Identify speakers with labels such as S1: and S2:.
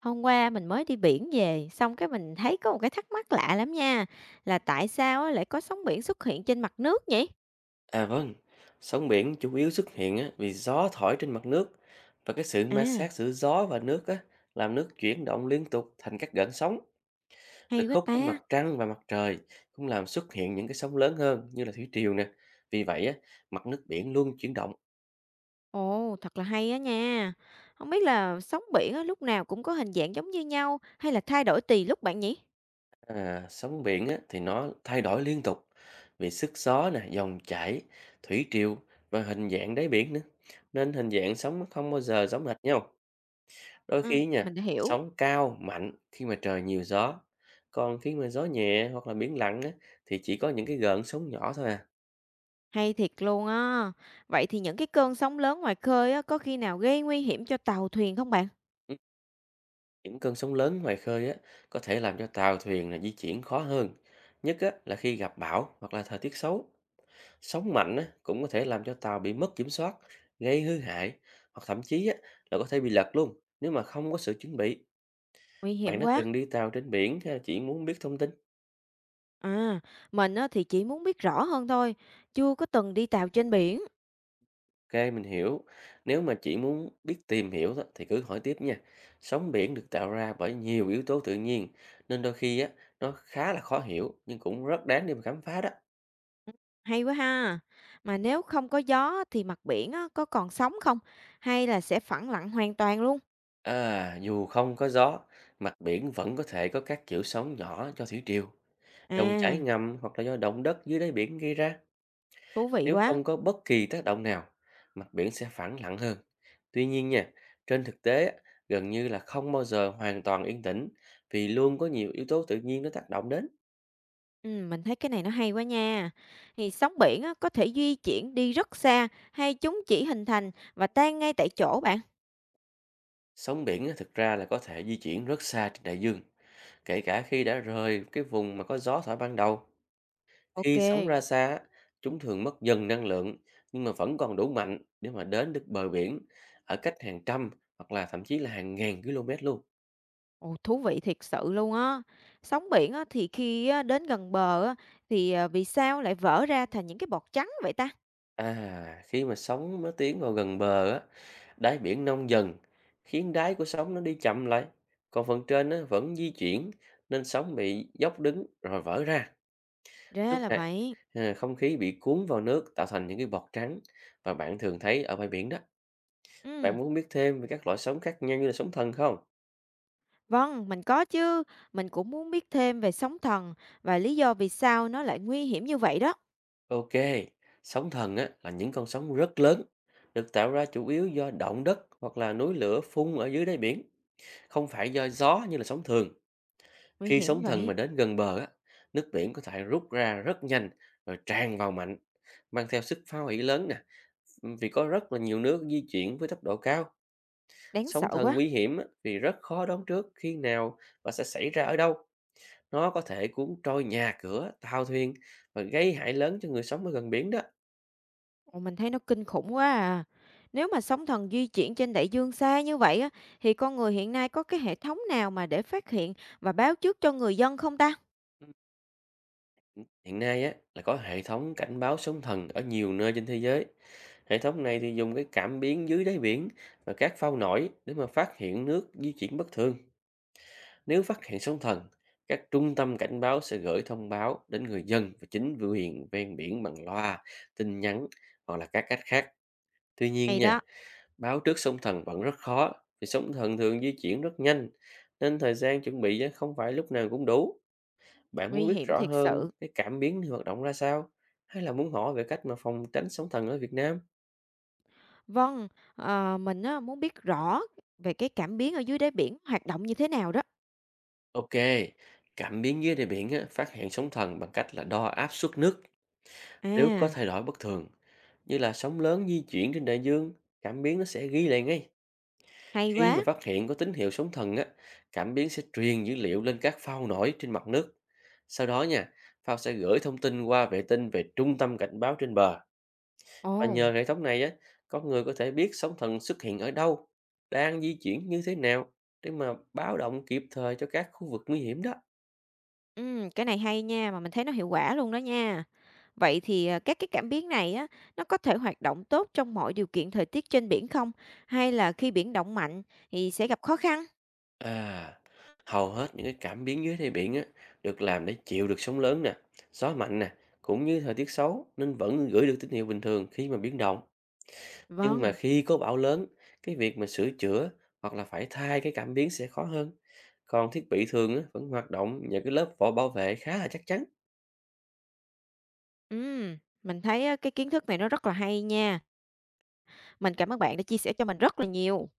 S1: Hôm qua mình mới đi biển về, xong cái mình thấy có một cái thắc mắc lạ lắm nha, là tại sao á lại có sóng biển xuất hiện trên mặt nước nhỉ?
S2: À vâng, sóng biển chủ yếu xuất hiện á, vì gió thổi trên mặt nước và cái sự ma sát
S1: À,
S2: giữa gió và nước á, làm nước chuyển động liên tục thành các gợn sóng.
S1: hay
S2: Lực
S1: quá
S2: hút của mặt
S1: ta.
S2: trăng và mặt trời cũng làm xuất hiện những cái sóng lớn hơn như là thủy triều nè. Vì vậy á, mặt nước biển luôn chuyển động.
S1: Ồ, thật là hay á nha. Không biết là sóng biển á lúc nào cũng có hình dạng giống như nhau hay là thay đổi tùy lúc bạn nhỉ?
S2: À, sóng biển á, thì nó thay đổi liên tục vì sức gió nè, dòng chảy, thủy triều và hình dạng đáy biển nữa. Nên hình dạng sóng nó không bao giờ giống hệt nhau. Đôi
S1: Ừ,
S2: khi nha,
S1: mình đã hiểu.
S2: sóng cao mạnh khi mà trời nhiều gió, còn khi mà gió nhẹ hoặc là biển lặng á, thì chỉ có những cái gợn sóng nhỏ thôi à.
S1: Hay thiệt luôn á. Vậy thì những cái cơn sóng lớn ngoài khơi á có khi nào gây nguy hiểm cho tàu thuyền không bạn?
S2: Ừ, những cơn sóng lớn ngoài khơi á, có thể làm cho tàu thuyền là di chuyển khó hơn. Nhất á, là khi gặp bão hoặc là thời tiết xấu. Sóng mạnh á, cũng có thể làm cho tàu bị mất kiểm soát, gây hư hại hoặc thậm chí á, là có thể bị lật luôn nếu mà không có sự chuẩn bị.
S1: Nguy
S2: Bạn
S1: hiểm
S2: đã
S1: quá.
S2: từng đi tàu trên biển hay là chỉ muốn biết thông tin?
S1: À, mình á thì chỉ muốn biết rõ hơn thôi, chưa có từng đi tàu trên biển.
S2: Ok, mình hiểu. Nếu mà chỉ muốn biết tìm hiểu đó, thì cứ hỏi tiếp nha. Sóng biển được tạo ra bởi nhiều yếu tố tự nhiên, nên đôi khi á, nó khá là khó hiểu, nhưng cũng rất đáng để mà khám phá đó.
S1: Ừm, hay quá ha! Mà nếu không có gió thì mặt biển á, có còn sóng không? Hay là sẽ phẳng lặng hoàn toàn luôn?
S2: À, dù không có gió, mặt biển vẫn có thể có các kiểu sóng nhỏ do thủy triều,
S1: À,
S2: dòng chảy ngầm hoặc là do động đất dưới đáy biển gây ra.
S1: thú vị
S2: Nếu
S1: quá!
S2: không có bất kỳ tác động nào, mặt biển sẽ phẳng lặng hơn. Tuy nhiên nha, trên thực tế á, gần như là không bao giờ hoàn toàn yên tĩnh, vì luôn có nhiều yếu tố tự nhiên nó tác động đến.
S1: Mình thấy cái này nó hay quá nha. Thì sóng biển á, có thể di chuyển đi rất xa hay chúng chỉ hình thành và tan ngay tại chỗ bạn?
S2: Sóng biển á, thực ra là có thể di chuyển rất xa trên đại dương, kể cả khi đã rời cái vùng mà có gió thổi ban đầu.
S1: Ok.
S2: Khi
S1: Kê.
S2: sóng ra xa, á, chúng thường mất dần năng lượng nhưng mà vẫn còn đủ mạnh để mà đến được bờ biển ở cách hàng trăm hoặc là thậm chí là hàng ngàn km luôn.
S1: Ồ, thú vị thiệt sự luôn á! Sóng biển á, thì khi á, đến gần bờ á, thì, vì sao lại vỡ ra thành những cái bọt trắng vậy ta?
S2: À, khi mà sóng nó tiến vào gần bờ á, đáy biển nông dần, khiến đáy của sóng nó đi chậm lại. Còn phần trên nó vẫn di chuyển nên sóng bị dốc đứng rồi vỡ ra.
S1: Ra
S2: Lúc
S1: là
S2: này
S1: vậy.
S2: à, không khí bị cuốn vào nước tạo thành những cái bọt trắng và bạn thường thấy ở bãi biển đó. Bạn
S1: Ừm.
S2: muốn biết thêm về các loại sóng khác nhau như là sóng thần không?
S1: Vâng, mình có chứ. Mình cũng muốn biết thêm về sóng thần và lý do vì sao nó lại nguy hiểm như vậy đó.
S2: Ok, sóng thần á, là những con sóng rất lớn, được tạo ra chủ yếu do động đất hoặc là núi lửa phun ở dưới đáy biển, không phải do gió như là sóng thường.
S1: Nguy
S2: Khi
S1: hiểm
S2: sóng thần
S1: vậy?
S2: mà đến gần bờ á, nước biển có thể rút ra rất nhanh rồi tràn vào mạnh, mang theo sức phá hủy lớn nè, vì có rất là nhiều nước di chuyển với tốc độ cao.
S1: Đáng
S2: Sóng
S1: sợ
S2: thần
S1: quá.
S2: nguy hiểm á, vì rất khó đoán trước khi nào và sẽ xảy ra ở đâu. Nó có thể cuốn trôi nhà cửa, tàu thuyền và gây hại lớn cho người sống ở gần biển đó.
S1: Ồ, mình thấy nó kinh khủng quá à. Nếu mà sóng thần di chuyển trên đại dương xa như vậy á, thì con người hiện nay có cái hệ thống nào mà để phát hiện và báo trước cho người dân không ta?
S2: Hiện nay á, là có hệ thống cảnh báo sóng thần ở nhiều nơi trên thế giới. Hệ thống này thì dùng cái cảm biến dưới đáy biển và các phao nổi để mà phát hiện nước di chuyển bất thường. Nếu phát hiện sóng thần, các trung tâm cảnh báo sẽ gửi thông báo đến người dân và chính quyền ven biển bằng loa, tin nhắn hoặc là các cách khác. Tuy nhiên
S1: Hay đó,
S2: nha, báo trước sóng thần vẫn rất khó, vì sóng thần thường di chuyển rất nhanh, nên thời gian chuẩn bị á, không phải lúc nào cũng đủ. Bạn
S1: nguy
S2: muốn biết
S1: hiểm
S2: rõ
S1: thiệt
S2: hơn
S1: sự.
S2: cái cảm biến thì hoạt động ra sao, hay là muốn hỏi về cách mà phòng tránh sóng thần ở Việt Nam?
S1: Vâng, mình á, muốn biết rõ về cái cảm biến ở dưới đáy biển hoạt động như thế nào đó.
S2: Ok, cảm biến dưới đáy biển á, phát hiện sóng thần bằng cách là đo áp suất nước. Nếu có
S1: À,
S2: thay đổi bất thường, như là sóng lớn di chuyển trên đại dương, cảm biến nó sẽ ghi lại ngay.
S1: hay
S2: Khi
S1: quá.
S2: mà phát hiện có tín hiệu sóng thần á, cảm biến sẽ truyền dữ liệu lên các phao nổi trên mặt nước. Sau đó nha, phao sẽ gửi thông tin qua vệ tinh về trung tâm cảnh báo trên bờ. Và nhờ
S1: Ồ.
S2: hệ thống này á, con người có thể biết sóng thần xuất hiện ở đâu, đang di chuyển như thế nào để mà báo động kịp thời cho các khu vực nguy hiểm đó.
S1: Cái này hay nha, mà mình thấy nó hiệu quả luôn đó nha. Vậy thì, à, các cái cảm biến này á, nó có thể hoạt động tốt trong mọi điều kiện thời tiết trên biển không? Hay là khi biển động mạnh thì sẽ gặp khó khăn?
S2: À, hầu hết những cái cảm biến dưới đáy biển á, được làm để chịu được sóng lớn nè, gió mạnh nè, cũng như thời tiết xấu nên vẫn gửi được tín hiệu bình thường khi mà biến động. Nhưng mà
S1: Vâng.
S2: khi có bão lớn, cái việc mà sửa chữa hoặc là phải thay cái cảm biến sẽ khó hơn. Còn thiết bị thường á, vẫn hoạt động nhờ cái lớp vỏ bảo vệ khá là chắc chắn.
S1: Ừm, mình thấy á, cái kiến thức này nó rất là hay nha. Mình cảm ơn bạn đã chia sẻ cho mình rất là nhiều.